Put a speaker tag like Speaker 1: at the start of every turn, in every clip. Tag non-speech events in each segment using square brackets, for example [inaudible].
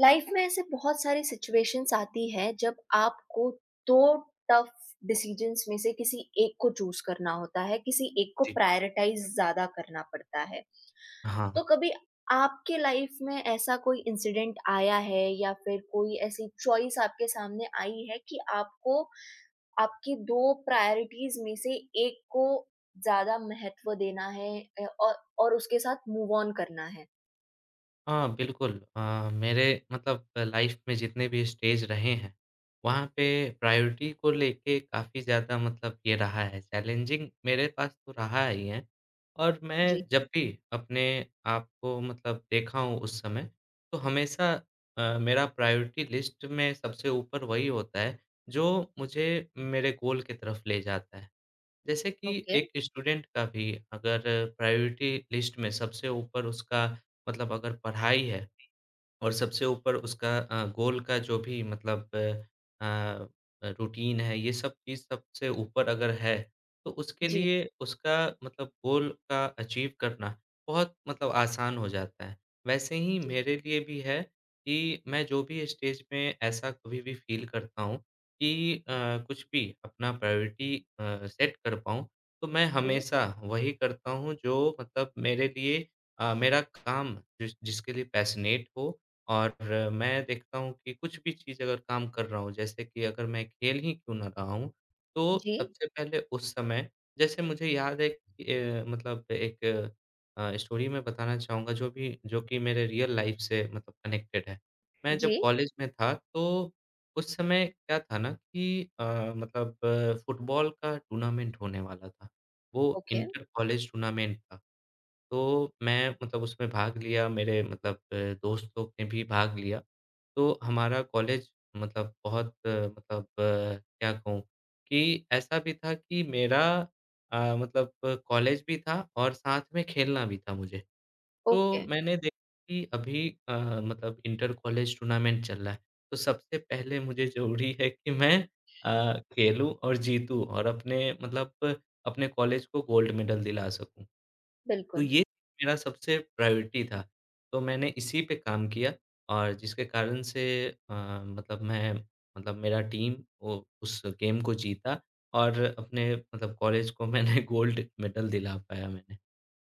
Speaker 1: Life में ऐसे बहुत सारी सिचुएशंस आती है जब आपको दो टफ डिसीजंस में से किसी एक को चूज करना होता है किसी एक को
Speaker 2: जी,
Speaker 1: प्रायोरिटाइज ज्यादा करना पड़ता है।
Speaker 2: हाँ।
Speaker 1: तो कभी आपके लाइफ में ऐसा कोई इंसिडेंट आया है या फिर कोई ऐसी चॉइस आपके सामने आई है कि आपको आपकी दो प्रायोरिटीज में से एक को ज्यादा महत्व देना है और उसके साथ मूव ऑन करना है।
Speaker 2: हाँ, बिल्कुल। मेरे मतलब लाइफ़ में जितने भी स्टेज रहे हैं, वहाँ पे प्रायोरिटी को लेके काफ़ी ज़्यादा मतलब ये रहा है, चैलेंजिंग मेरे पास तो रहा ही है। और
Speaker 1: जी।
Speaker 2: मैं जब भी अपने आप को मतलब देखा हूँ उस समय, तो हमेशा मेरा प्रायोरिटी लिस्ट में सबसे ऊपर वही होता है, जो मुझे मेरे गोल की तरफ ले जाता है। जैसे कि
Speaker 1: ओके।
Speaker 2: एक स्टूडेंट का भी अगर प्रायोरिटी लिस्ट में सबसे ऊपर उसका मतलब अगर पढ़ाई है और सबसे ऊपर उसका गोल का जो भी मतलब अ, रूटीन है, ये सब चीज़ सबसे ऊपर अगर है, तो उसके
Speaker 1: जी।
Speaker 2: लिए उसका मतलब गोल का अचीव करना बहुत मतलब आसान हो जाता है। वैसे ही
Speaker 1: जी।
Speaker 2: मेरे लिए भी है कि मैं जो भी स्टेज में ऐसा कभी भी फ़ील करता हूँ कि कुछ भी अपना प्रायोरिटी सेट कर पाऊँ, तो मैं
Speaker 1: जी।
Speaker 2: हमेशा वही करता हूँ जो मतलब मेरे लिए मेरा काम जिस जिसके लिए पैशनेट हो और मैं देखता हूँ कि कुछ भी चीज़ अगर काम कर रहा हूँ, जैसे कि अगर मैं खेल ही क्यों ना रहा हूँ, तो
Speaker 1: जी।
Speaker 2: सबसे पहले उस समय जैसे मुझे याद है कि, मतलब एक स्टोरी मैं बताना चाहूँगा जो भी जो कि मेरे रियल लाइफ़ से मतलब कनेक्टेड है। मैं जब
Speaker 1: जी।
Speaker 2: कॉलेज में था तो उस समय क्या था ना कि मतलब फुटबॉल का टूर्नामेंट होने वाला था। वो
Speaker 1: ओके,
Speaker 2: इंटर कॉलेज टूर्नामेंट था। तो मैं मतलब उसमें भाग लिया, मेरे मतलब दोस्त लोग ने भी भाग लिया। तो हमारा कॉलेज मतलब बहुत मतलब क्या कहूँ कि ऐसा भी था कि मेरा मतलब कॉलेज भी था और साथ में खेलना भी था मुझे। तो
Speaker 1: ओके,
Speaker 2: मैंने देखा कि अभी मतलब इंटर कॉलेज टूर्नामेंट चल रहा है, तो सबसे पहले मुझे ज़रूरी है कि मैं खेलूँ और जीतूँ और अपने मतलब अपने कॉलेज को गोल्ड मेडल दिला सकूँ। तो
Speaker 1: बिल्कुल,
Speaker 2: ये मेरा सबसे प्रायोरिटी था। तो मैंने इसी पे काम किया और जिसके कारण से अ, मतलब मैं मतलब मेरा टीम वो उस गेम को जीता और अपने मतलब कॉलेज को मैंने [laughs] गोल्ड मेडल दिला पाया मैंने।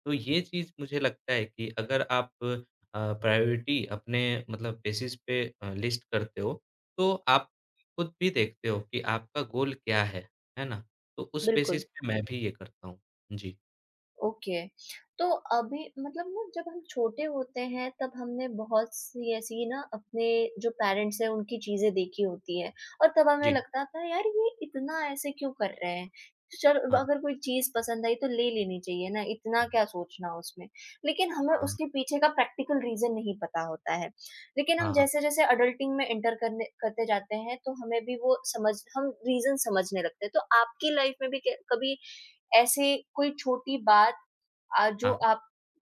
Speaker 2: तो ये चीज़ मुझे लगता है कि अगर आप प्रायोरिटी अपने मतलब बेसिस पे लिस्ट करते हो, तो आप खुद भी देखते हो कि आपका गोल क्या है ना? तो उस
Speaker 1: बिल्कुल।
Speaker 2: बेसिस पे मैं भी ये करता हूँ। जी,
Speaker 1: ओके। तो अभी मतलब ना जब हम छोटे होते हैं तब हमने बहुत-सी ऐसी ना अपने जो पेरेंट्स हैं उनकी चीज़ें देखी होती हैं और तब हमें
Speaker 2: जी।
Speaker 1: लगता था यार ये इतना ऐसे क्यों कर रहे हैं? चल ब
Speaker 2: हाँ,
Speaker 1: अगर कोई चीज़ पसंद आई तो ले लेनी चाहिए ना, इतना क्या सोचना उसमें। लेकिन हमें
Speaker 2: हाँ,
Speaker 1: उसके पीछे का प्रैक्टिकल रीज़न नहीं पता होता है। लेकिन हम
Speaker 2: हाँ।
Speaker 1: जैसे-जैसे अडल्टिंग में एंटर करने करते जाते हैं तो हमें भी वो समझ हम रीज़न समझने लगते हैं। तो आपकी लाइफ में भी क्या कभी ऐसे कोई छोटी बात जो
Speaker 2: हाँ,
Speaker 1: आप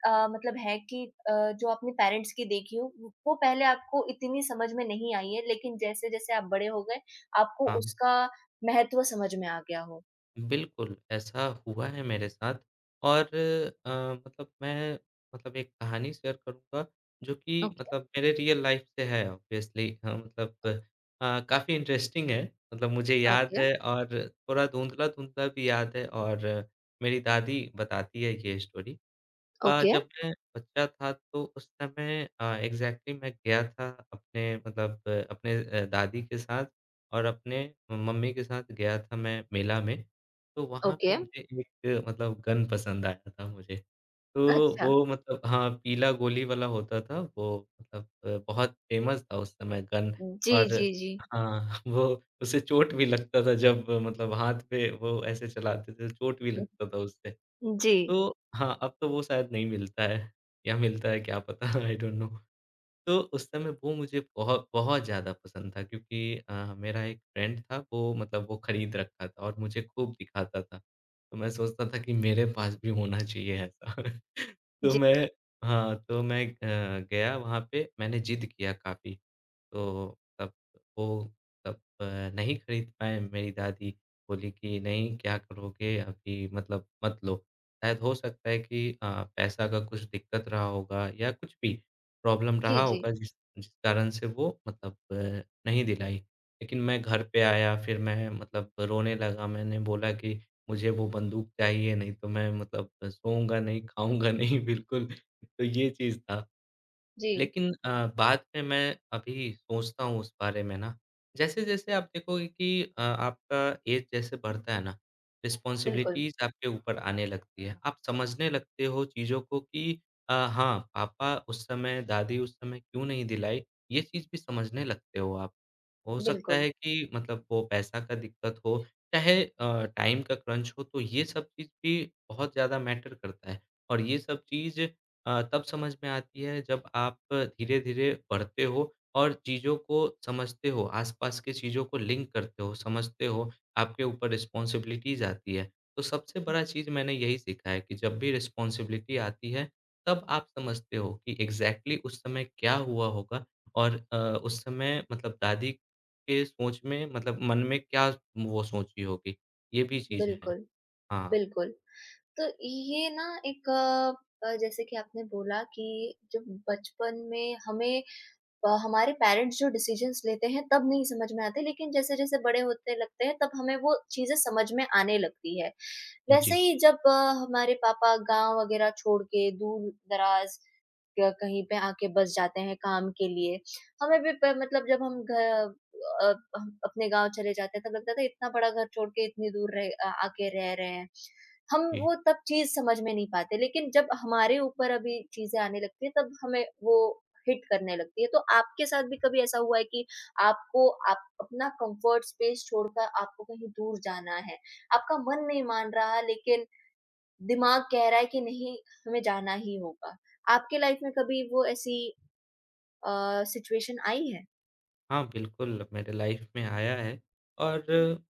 Speaker 1: अ, मतलब है कि अ, जो आपने पेरेंट्स की देखी हो, वो पहले आपको इतनी समझ में नहीं आई है, लेकिन जैसे-जैसे आप बड़े हो गए, आपको
Speaker 2: हाँ।
Speaker 1: उसका महत्व समझ में आ गया हो?
Speaker 2: बिल्कुल, ऐसा हुआ है मेरे साथ। और अ, मतलब मैं मतलब एक कहानी शेयर करूँगा जो कि
Speaker 1: ओके,
Speaker 2: मतलब मेरे रियल लाइफ़ से है ऑब्वियसली। मतलब काफ़ी इंटरेस्टिंग है। मतलब मुझे याद
Speaker 1: ओके,
Speaker 2: है और थोड़ा धुंधला-धुंधला भी याद है और मेरी दादी बताती है ये स्टोरी।
Speaker 1: ओके,
Speaker 2: जब मैं बच्चा था तो उस समय एग्ज़ैक्टली मैं गया था अपने मतलब अपने दादी के साथ और अपने मम्मी के साथ गया था मैं मेला में। तो वहाँ पे
Speaker 1: ओके।
Speaker 2: मुझे एक मतलब गन पसंद आया था मुझे। तो
Speaker 1: अच्छा।
Speaker 2: वो मतलब हाँ, पीला गोली वाला होता था वो मतलब बहुत फ़ेमस था उस समय गन।
Speaker 1: जी,
Speaker 2: और
Speaker 1: जी, जी।
Speaker 2: हाँ, [laughs] वो उससे चोट भी लगता था जब मतलब हाथ पे वो ऐसे चलाते थे, चोट भी लगता था उससे।
Speaker 1: जी।
Speaker 2: तो हाँ, अब तो वो शायद नहीं मिलता है या मिलता है क्या पता [laughs] आई डोंट नो। तो उस समय वो मुझे बहुत बहुत ज़्यादा पसंद था क्योंकि मेरा एक फ्रेंड था वो मतलब वो खरीद रखा था और मुझे खूब दिखाता था। तो मैं सोचता था कि मेरे पास भी होना चाहिए ऐसा। [laughs] तो
Speaker 1: जी,
Speaker 2: मैं हाँ, तो मैं गया वहाँ पे मैंने ज़िद किया काफ़ी। तो तब वो तब नहीं खरीद पाए मेरी दादी बोली कि नहीं क्या करोगे अभी मतलब मत लो। शायद हो सकता है कि पैसा का कुछ दिक्कत रहा होगा या कुछ भी प्रॉब्लम रहा
Speaker 1: जी, जी,
Speaker 2: होगा जिस जिस कारण से वो मतलब नहीं दिलाई। लेकिन मैं घर पे आया फिर मैं मतलब रोने लगा मैंने बोला कि मुझे वो बंदूक चाहिए नहीं तो मैं मतलब सोऊँगा नहीं, खाऊँगा नहीं [laughs] बिल्कुल, तो ये चीज़ था।
Speaker 1: जी।
Speaker 2: लेकिन बाद में मैं अभी सोचता हूँ उस बारे में ना, जैसे-जैसे आप देखोगे कि आपका एज जैसे बढ़ता है ना, हुँ।
Speaker 1: बिल्कुल,
Speaker 2: रिस्पॉन्सिबिलिटीज़ आपके ऊपर आने लगती है। आप समझने लगते हो चीज़ों को कि हाँ, पापा उस समय, दादी उस समय क्यों नहीं दिलाई, ये चीज़ भी समझने लगते हो आप। हो सकता
Speaker 1: बिल्कुल,
Speaker 2: है कि मतलब वो पैसा का दिक्कत हो, चाहे टाइम का क्रंच हो, तो ये सब चीज़ भी बहुत ज़्यादा मैटर करता है और ये सब चीज़ तब समझ में आती है जब आप धीरे-धीरे बढ़ते हो और चीज़ों को समझते हो, आस-पास की चीज़ों को लिंक करते हो, समझते हो, आपके ऊपर रिस्पॉन्सिबिलिटीज़ आती है। तो सबसे बड़ा चीज़ मैंने यही सीखा है कि जब भी रिस्पॉन्सिबिलिटी आती है, तब आप समझते हो कि एग्ज़ैक्टली उस समय क्या हुआ होगा और उस समय मतलब दादी के सोच में मतलब मन में क्या वो सोची होगी, ये भी चीज़ है।
Speaker 1: बिल्कुल,
Speaker 2: हाँ,
Speaker 1: बिल्कुल। तो ये ना एक जैसे कि आपने बोला कि जब बचपन में हमें हमारे पेरेंट्स जो डिसीजंस लेते हैं तब नहीं समझ में आते लेकिन जैसे-जैसे बड़े होते लगते हैं तब हमें वो चीज़ें समझ में आने लगती है। वैसे
Speaker 2: जी,
Speaker 1: ही जब हमारे पापा गाँव वगैरह छोड़ के दूर-दराज क कहीं पे आके बस जाते हैं काम के लिए। हमें भी प मतलब जब हम अ, हम अपने गाँव चले जाते हैं तब लगता था इतना बड़ा घर छोड़ के इतनी दूर आके रह रहे हैं। हम
Speaker 2: जी।
Speaker 1: वो तब चीज़ समझ में नहीं पाते लेकिन जब हमारे ऊपर अभी चीज़ें आने लगती है तब हमें वो हिट करने लगती है। तो आपके साथ भी कभी ऐसा हुआ है कि आपको आप अपना कम्फर्ट स्पेस छोड़कर आपको कहीं दूर जाना है? आपका मन नहीं मान रहा लेकिन दिमाग कह रहा है कि नहीं हमें जाना ही होगा। आपके लाइफ में कभी वो ऐसी सिचुएशन आई है?
Speaker 2: हाँ, बिल्कुल, मेरे लाइफ़ में आया है और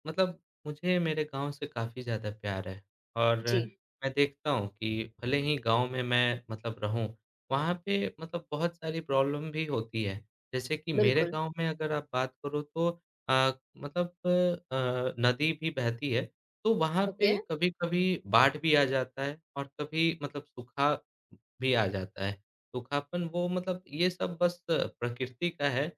Speaker 2: मतलब मुझे मेरे गाँव से काफ़ी ज़्यादा प्यार है। और
Speaker 1: जी,
Speaker 2: मैं देखता हूँ कि भले ही गाँव में मैं मतलब रहूँ, वहाँ पे मतलब बहुत सारी प्रॉब्लम भी होती है। जैसे कि मेरे
Speaker 1: बिल्कुल।
Speaker 2: गाँव में अगर आप बात करो तो मतलब नदी भी बहती है, तो वहाँ
Speaker 1: ओके।
Speaker 2: पे कभी-कभी बाढ़ भी आ जाता है और कभी मतलब सूखा भी आ जाता है। सूखापन वो मतलब ये सब बस प्रकृति का है,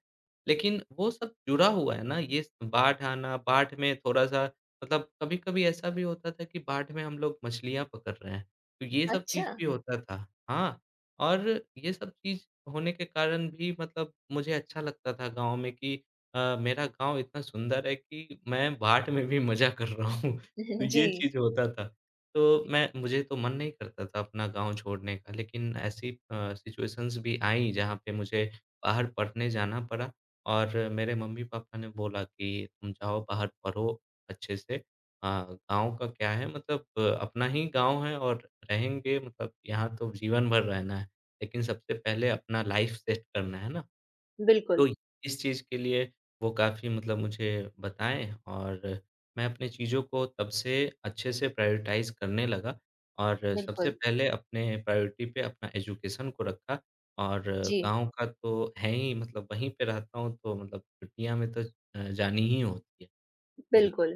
Speaker 2: लेकिन वो सब जुड़ा हुआ है ना, ये बाढ़ आना, बाढ़ में थोड़ा-सा मतलब कभी-कभी ऐसा भी होता था कि बाढ़ में हम लोग मछलियाँ पकड़ रहे हैं, तो ये सब
Speaker 1: अच्छा।
Speaker 2: चीज़ भी हुँ। होता था। हाँ, और ये सब चीज़ होने के कारण भी मतलब मुझे अच्छा लगता था गाँव में कि मेरा गाँव इतना सुंदर है कि मैं बाढ़ में भी मज़ा कर रहा हूँ, [laughs] तो
Speaker 1: [laughs]
Speaker 2: ये
Speaker 1: जी,
Speaker 2: चीज़ होता था। तो
Speaker 1: जी।
Speaker 2: मैं मुझे तो मन नहीं करता था अपना गाँव छोड़ने का, लेकिन ऐसी सिचुएशंस भी आईं, जहाँ पे मुझे बाहर पढ़ने जाना पड़ा। और मेरे मम्मी-पापा ने बोला कि तुम जाओ बाहर पढ़ो अच्छे से। गाँव का क्या है मतलब अपना ही गाँव है और रहेंगे मतलब यहाँ तो जीवन भर रहना है। लेकिन सबसे पहले अपना लाइफ़ सेट करना है ना? तो
Speaker 1: बिल्कुल,
Speaker 2: इस चीज़ के लिए वो काफ़ी मतलब मुझे बताएँ और मैं अपनी चीज़ों को तब से अच्छे से प्रायोरिटाइज़ करने लगा और सबसे
Speaker 1: बिल्कुल।
Speaker 2: पहले अपने प्रायोरिटी पे अपना एजुकेशन को रखा और
Speaker 1: जी,
Speaker 2: गाँव का तो है ही मतलब वहीं पे रहता हूँ तो मतलब छुट्टियाँ में तो जानी ही होती है। जी,
Speaker 1: बिल्कुल।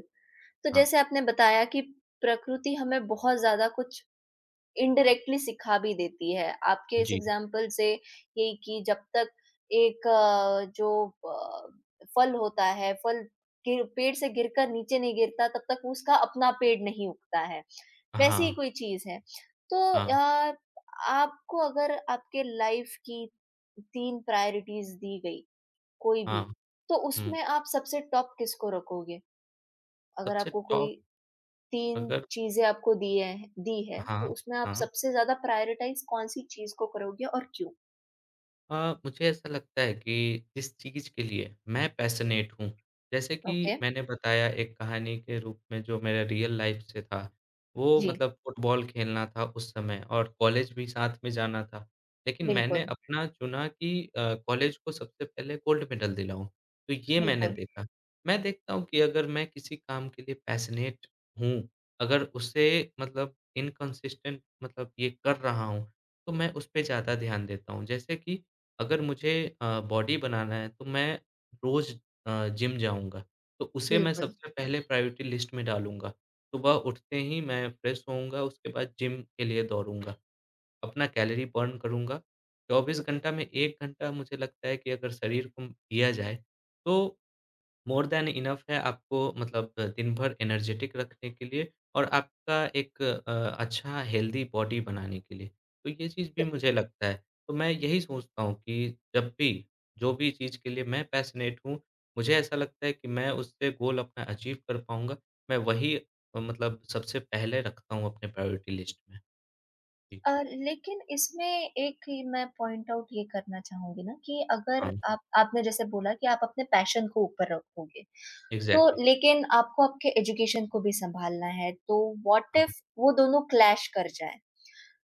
Speaker 1: तो
Speaker 2: हाँ।
Speaker 1: जैसे आपने बताया कि प्रकृति हमें बहुत ज़्यादा कुछ इनडायरेक्टली सिखा भी देती है। आपके इस
Speaker 2: जी।
Speaker 1: एग्ज़ाम्पल से ये कि जब तक एक अ, फल होता है, फल गिर पेड़ से गिरकर नीचे नहीं गिरता, तब तक उसका अपना पेड़ नहीं उगता है। वैसी ही
Speaker 2: हाँ,
Speaker 1: कोई चीज़ है। तो
Speaker 2: हाँ,
Speaker 1: अ, आपको अगर आपके लाइफ़ की 3 प्रायोरिटीज़ दी गई, कोई भी,
Speaker 2: हाँ।
Speaker 1: तो
Speaker 2: हुँ,
Speaker 1: उसमें आप सबसे टॉप किसको रखोगे? अगर
Speaker 2: सबसे
Speaker 1: आपको कोई
Speaker 2: टॉप
Speaker 1: 3
Speaker 2: अगर
Speaker 1: चीज़ें आपको दिए हैं दी है, तो
Speaker 2: हाँ,
Speaker 1: उसमें आप
Speaker 2: हाँ।
Speaker 1: सबसे ज़्यादा प्रायोरिटाइज़ कौन-सी चीज़ को करोगे और क्यों?
Speaker 2: अ, मुझे ऐसा लगता है कि जिस चीज़ के लिए मैं पैशनेट हूँ, जैसे कि
Speaker 1: ओके,
Speaker 2: मैंने बताया एक कहानी के रूप में जो मेरा रियल लाइफ़ से था, वो
Speaker 1: जी,
Speaker 2: मतलब फुटबॉल खेलना था उस समय और कॉलेज भी साथ में जाना था। लेकिन मैंने
Speaker 1: बिल्कुल,
Speaker 2: अपना चुना कि कॉलेज को सबसे पहले गोल्ड मेडल दिलाऊँ, तो ये मैंने
Speaker 1: बिल्कुल,
Speaker 2: देखा। मैं देखता हूँ कि अगर मैं किसी काम के लिए पैशनेट हूँ, अगर उसे मतलब इनकंसिस्टेंट मतलब ये कर रहा हूँ, तो मैं उस पे ज़्यादा ध्यान देता हूँ। जैसे कि अगर मुझे बॉडी बनाना है तो मैं रोज़ जिम जाऊँगा, तो उसे मैं
Speaker 1: बिल्कुल।
Speaker 2: सबसे पहले प्रायोरिटी लिस्ट में डालूँगा। सुबह उठते ही मैं फ्रेश होऊँगा, उसके बाद जिम के लिए दौड़ूँगा, अपना कैलोरी बर्न करूँगा। 24 घंटा में 1 घंटा मुझे लगता है कि अगर शरीर को दिया जाए, तो मोर दैन इनफ है आपको मतलब दिन भर एनर्जेटिक रखने के लिए और आपका एक अच्छा हेल्दी बॉडी बनाने के लिए। तो ये चीज़ भी
Speaker 1: त
Speaker 2: मुझे लगता है। तो मैं यही सोचता हूँ कि जब भी, जो भी चीज़ के लिए मैं पैशनेट हूँ, मुझे ऐसा लगता है कि मैं उससे गोल अपना अचीव कर पाऊँगा। मैं वही मतलब सबसे पहले रखता हूँ अपने प्रायोरिटी लिस्ट में। जी,
Speaker 1: लेकिन इसमें एक ही मैं पॉइंट आउट ये करना चाहूँगी ना कि अगर
Speaker 2: हाँ,
Speaker 1: आप आपने जैसे बोला कि आप अपने पैशन को ऊपर रखोगे, तो
Speaker 2: एग्ज़ैक्टली।
Speaker 1: लेकिन आपको आपके एजुकेशन को भी सँभालना है, तो व्हाट
Speaker 2: हाँ,
Speaker 1: इफ वो दोनों क्लैश कर जाएँ?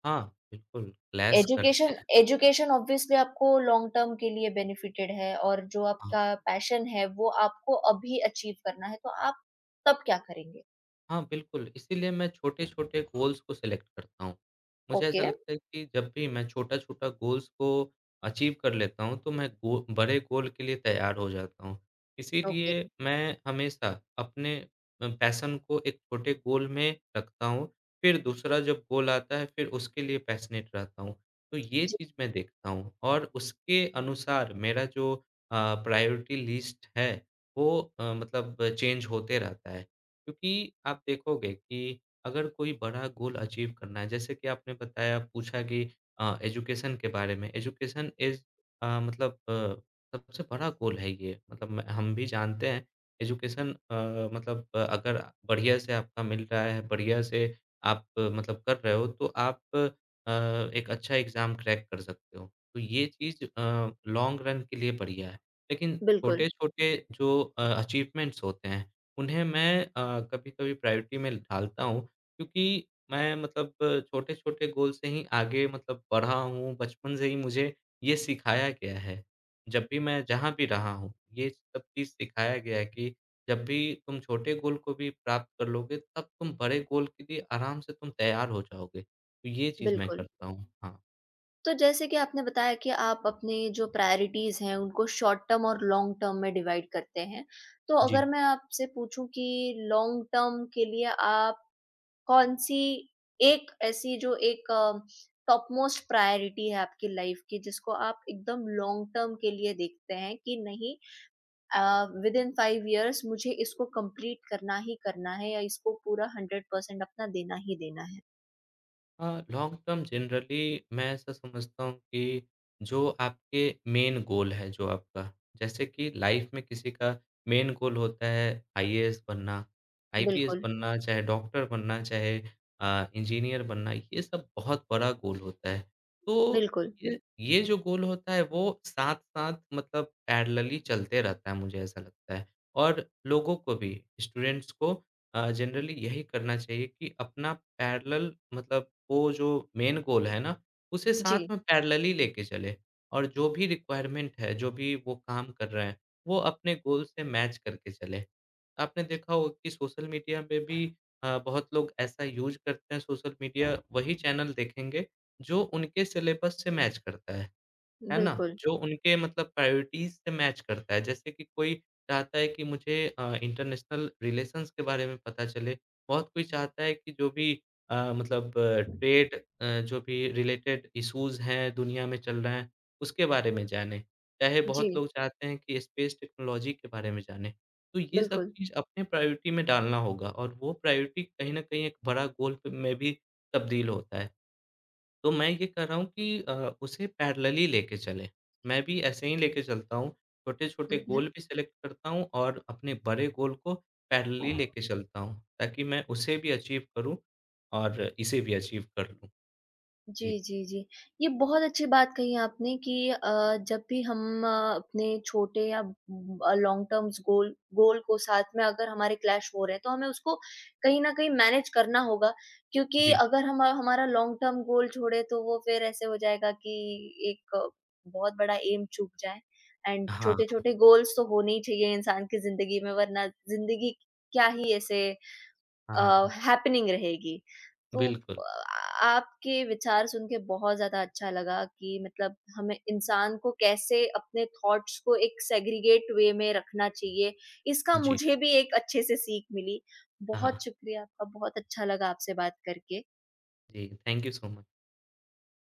Speaker 2: हाँ, बिल्कुल क्लैश करते
Speaker 1: एजुकेशन
Speaker 2: हैं।
Speaker 1: एजुकेशन ऑब्वियसली आपको लॉन्ग टर्म के लिए बेनिफिटेड है और जो
Speaker 2: हाँ।
Speaker 1: आपका पैशन है वो आपको अभी अचीव करना है, तो आप तब क्या करेंगे?
Speaker 2: हाँ, बिल्कुल, इसीलिए मैं छोटे-छोटे गोल्स को सेलेक्ट करता हूँ। मुझे ऐसा
Speaker 1: ओके,
Speaker 2: लगता है कि जब भी मैं छोटा-छोटा गोल्स को अचीव कर लेता हूँ, तो मैं गो बड़े गोल के लिए तैयार हो जाता हूँ।
Speaker 1: ओके।
Speaker 2: इसीलिए मैं हमेशा अपने पैशन को एक छोटे गोल में रखता हूँ, फिर दूसरा जब गोल आता है, फिर उसके लिए पैशनेट रहता हूँ। तो ये
Speaker 1: जी,
Speaker 2: चीज़ मैं देखता हूँ और उसके अनुसार मेरा जो अ, प्रायोरिटी लिस्ट है, वो मतलब चेंज होते रहता है। क्योंकि आप देखोगे कि अगर कोई बड़ा गोल अचीव करना है, जैसे कि आपने बताया पूछा कि एजुकेशन के बारे में, एजुकेशन इज़ मतलब सबसे बड़ा गोल है ये। मतलब मैं हम भी जानते हैं एजुकेशन मतलब अगर बढ़िया से आपका मिल रहा है, बढ़िया से आप मतलब कर रहे हो, तो आप एक अच्छा एग्ज़ाम क्रैक कर सकते हो। तो ये चीज़ लॉन्ग रन के लिए बढ़िया है। लेकिन
Speaker 1: बिल्कुल,
Speaker 2: छोटे-छोटे जो अचीवमेंट्स होते हैं उन्हें मैं कभी-कभी प्रायोरिटी में ढालता हूँ क्योंकि मैं मतलब छोटे-छोटे गोल से ही आगे मतलब बढ़ा हूँ, बचपन से ही मुझे ये सिखाया गया है। जब भी मैं जहाँ भी रहा हूँ, ये सब चीज़ सिखाया गया है कि जब भी तुम छोटे गोल को भी प्राप्त कर लोगे, तब तुम बड़े गोल के लिए आराम से तुम तैयार हो जाओगे। तो ये चीज़ मैं
Speaker 1: बिल्कुल।
Speaker 2: करता हूँ। हाँ,
Speaker 1: तो जैसे कि आपने बताया कि आप अपने जो प्रायोरिटीज़ हैं उनको शॉर्ट टर्म और लॉन्ग टर्म में डिवाइड करते हैं। तो
Speaker 2: जी।
Speaker 1: अगर मैं आपसे पूछूँ कि लॉन्ग टर्म के लिए आप कौन-सी एक ऐसी जो एक टॉप मोस्ट प्रायोरिटी है आपकी लाइफ की जिसको आप एकदम लॉन्ग टर्म के लिए देखते हैं कि नहीं विद इन 5 इयर्स मुझे इसको कंप्लीट करना ही करना है या इसको पूरा 100% अपना देना ही देना है?
Speaker 2: अ, लॉन्ग टर्म जनरली मैं ऐसा समझता हूँ कि जो आपके मेन गोल है जो आपका, जैसे कि लाइफ में किसी का मेन गोल होता है आईएएस बनना, आईपीएस
Speaker 1: बिल्कुल,
Speaker 2: बनना, चाहे डॉक्टर बनना, चाहे इंजीनियर बनना, ये सब बहुत बड़ा गोल होता है। तो
Speaker 1: बिल्कुल।
Speaker 2: ये जो गोल होता है वो साथ-साथ मतलब पैरेलली चलते रहता है मुझे ऐसा लगता है। और लोगों को भी स्टूडेंट्स को जनरली यही करना चाहिए कि अपना पैरेलल मतलब वो जो मेन गोल है ना, उसे साथ
Speaker 1: जी,
Speaker 2: में पैरेलली लेके चले और जो भी रिक्वायरमेंट है, जो भी वो काम कर रहे हैं, वो अपने गोल से मैच करके चले। आपने देखा होगा कि सोशल मीडिया पे भी बहुत लोग ऐसा यूज़ करते हैं सोशल मीडिया वही चैनल देखेंगे, जो उनके सिलेबस से मैच करता है। है ना?
Speaker 1: बिल्कुल।
Speaker 2: जो उनके मतलब प्रायोरिटीज़ से मैच करता है। जैसे कि कोई चाहता है कि मुझे इंटरनेशनल रिलेशंस के बारे में पता चले। बहुत कोई चाहता है कि जो भी मतलब ट्रेड जो भी रिलेटेड इश्यूज़ हैं, दुनिया में चल रहे हैं, उसके बारे में जाने। चाहे बहुत
Speaker 1: जी,
Speaker 2: लोग चाहते हैं कि स्पेस टेक्नोलॉजी के बारे में जाने। तो ये सब
Speaker 1: बिल्कुल।
Speaker 2: चीज़ अपने प्रायोरिटी में डालना होगा और वो प्रायोरिटी कहीं न कहीं एक बड़ा गोल प में भी तब्दील होता है। तो मैं ये कर रहा हूँ कि उसे पैरेलली लेके चलें। मैं भी ऐसे ही लेके चलता हूँ, छोटे-छोटे गोल भी सेलेक्ट करता हूँ और अपने बड़े गोल को पैरेलली लेके चलता हूँ, ताकि मैं उसे भी अचीव करूँ और इसे भी अचीव कर लूँ।
Speaker 1: जी,
Speaker 2: जी,
Speaker 1: जी, जी। ये बहुत अच्छी बात कही आपने कि जब भी हम अपने छोटे या लॉन्ग टर्म्स गोल गोल को साथ में अगर हमारे क्लैश हो रहे हैं, तो हमें उसको कहीं न कहीं मैनेज करना होगा क्योंकि
Speaker 2: जी।
Speaker 1: अगर हम हमारा लॉन्ग टर्म गोल छोड़े, तो वो फिर ऐसे हो जाएगा कि एक बहुत बड़ा एम चूक जाए एंड
Speaker 2: हाँ,
Speaker 1: छोटे-छोटे गोल्स तो होने ही चाहिए इंसान की ज़िंदगी में, वरना ज़िंदगी क्या ही ऐसे
Speaker 2: हाँ,
Speaker 1: हैपनिंग रहेगी। तो
Speaker 2: बिल्कुल।
Speaker 1: अ, आपके विचार सुन के बहुत ज़्यादा अच्छा लगा कि मतलब हमें इंसान को कैसे अपने थॉट्स को एक सेग्रीगेट वे में रखना चाहिए, इसका
Speaker 2: जी,
Speaker 1: मुझे भी एक अच्छे से सीख मिली।
Speaker 2: हाँ,
Speaker 1: बहुत शुक्रिया आपका, बहुत अच्छा लगा आपसे बात करके।
Speaker 2: जी, थैंक यू सो मच।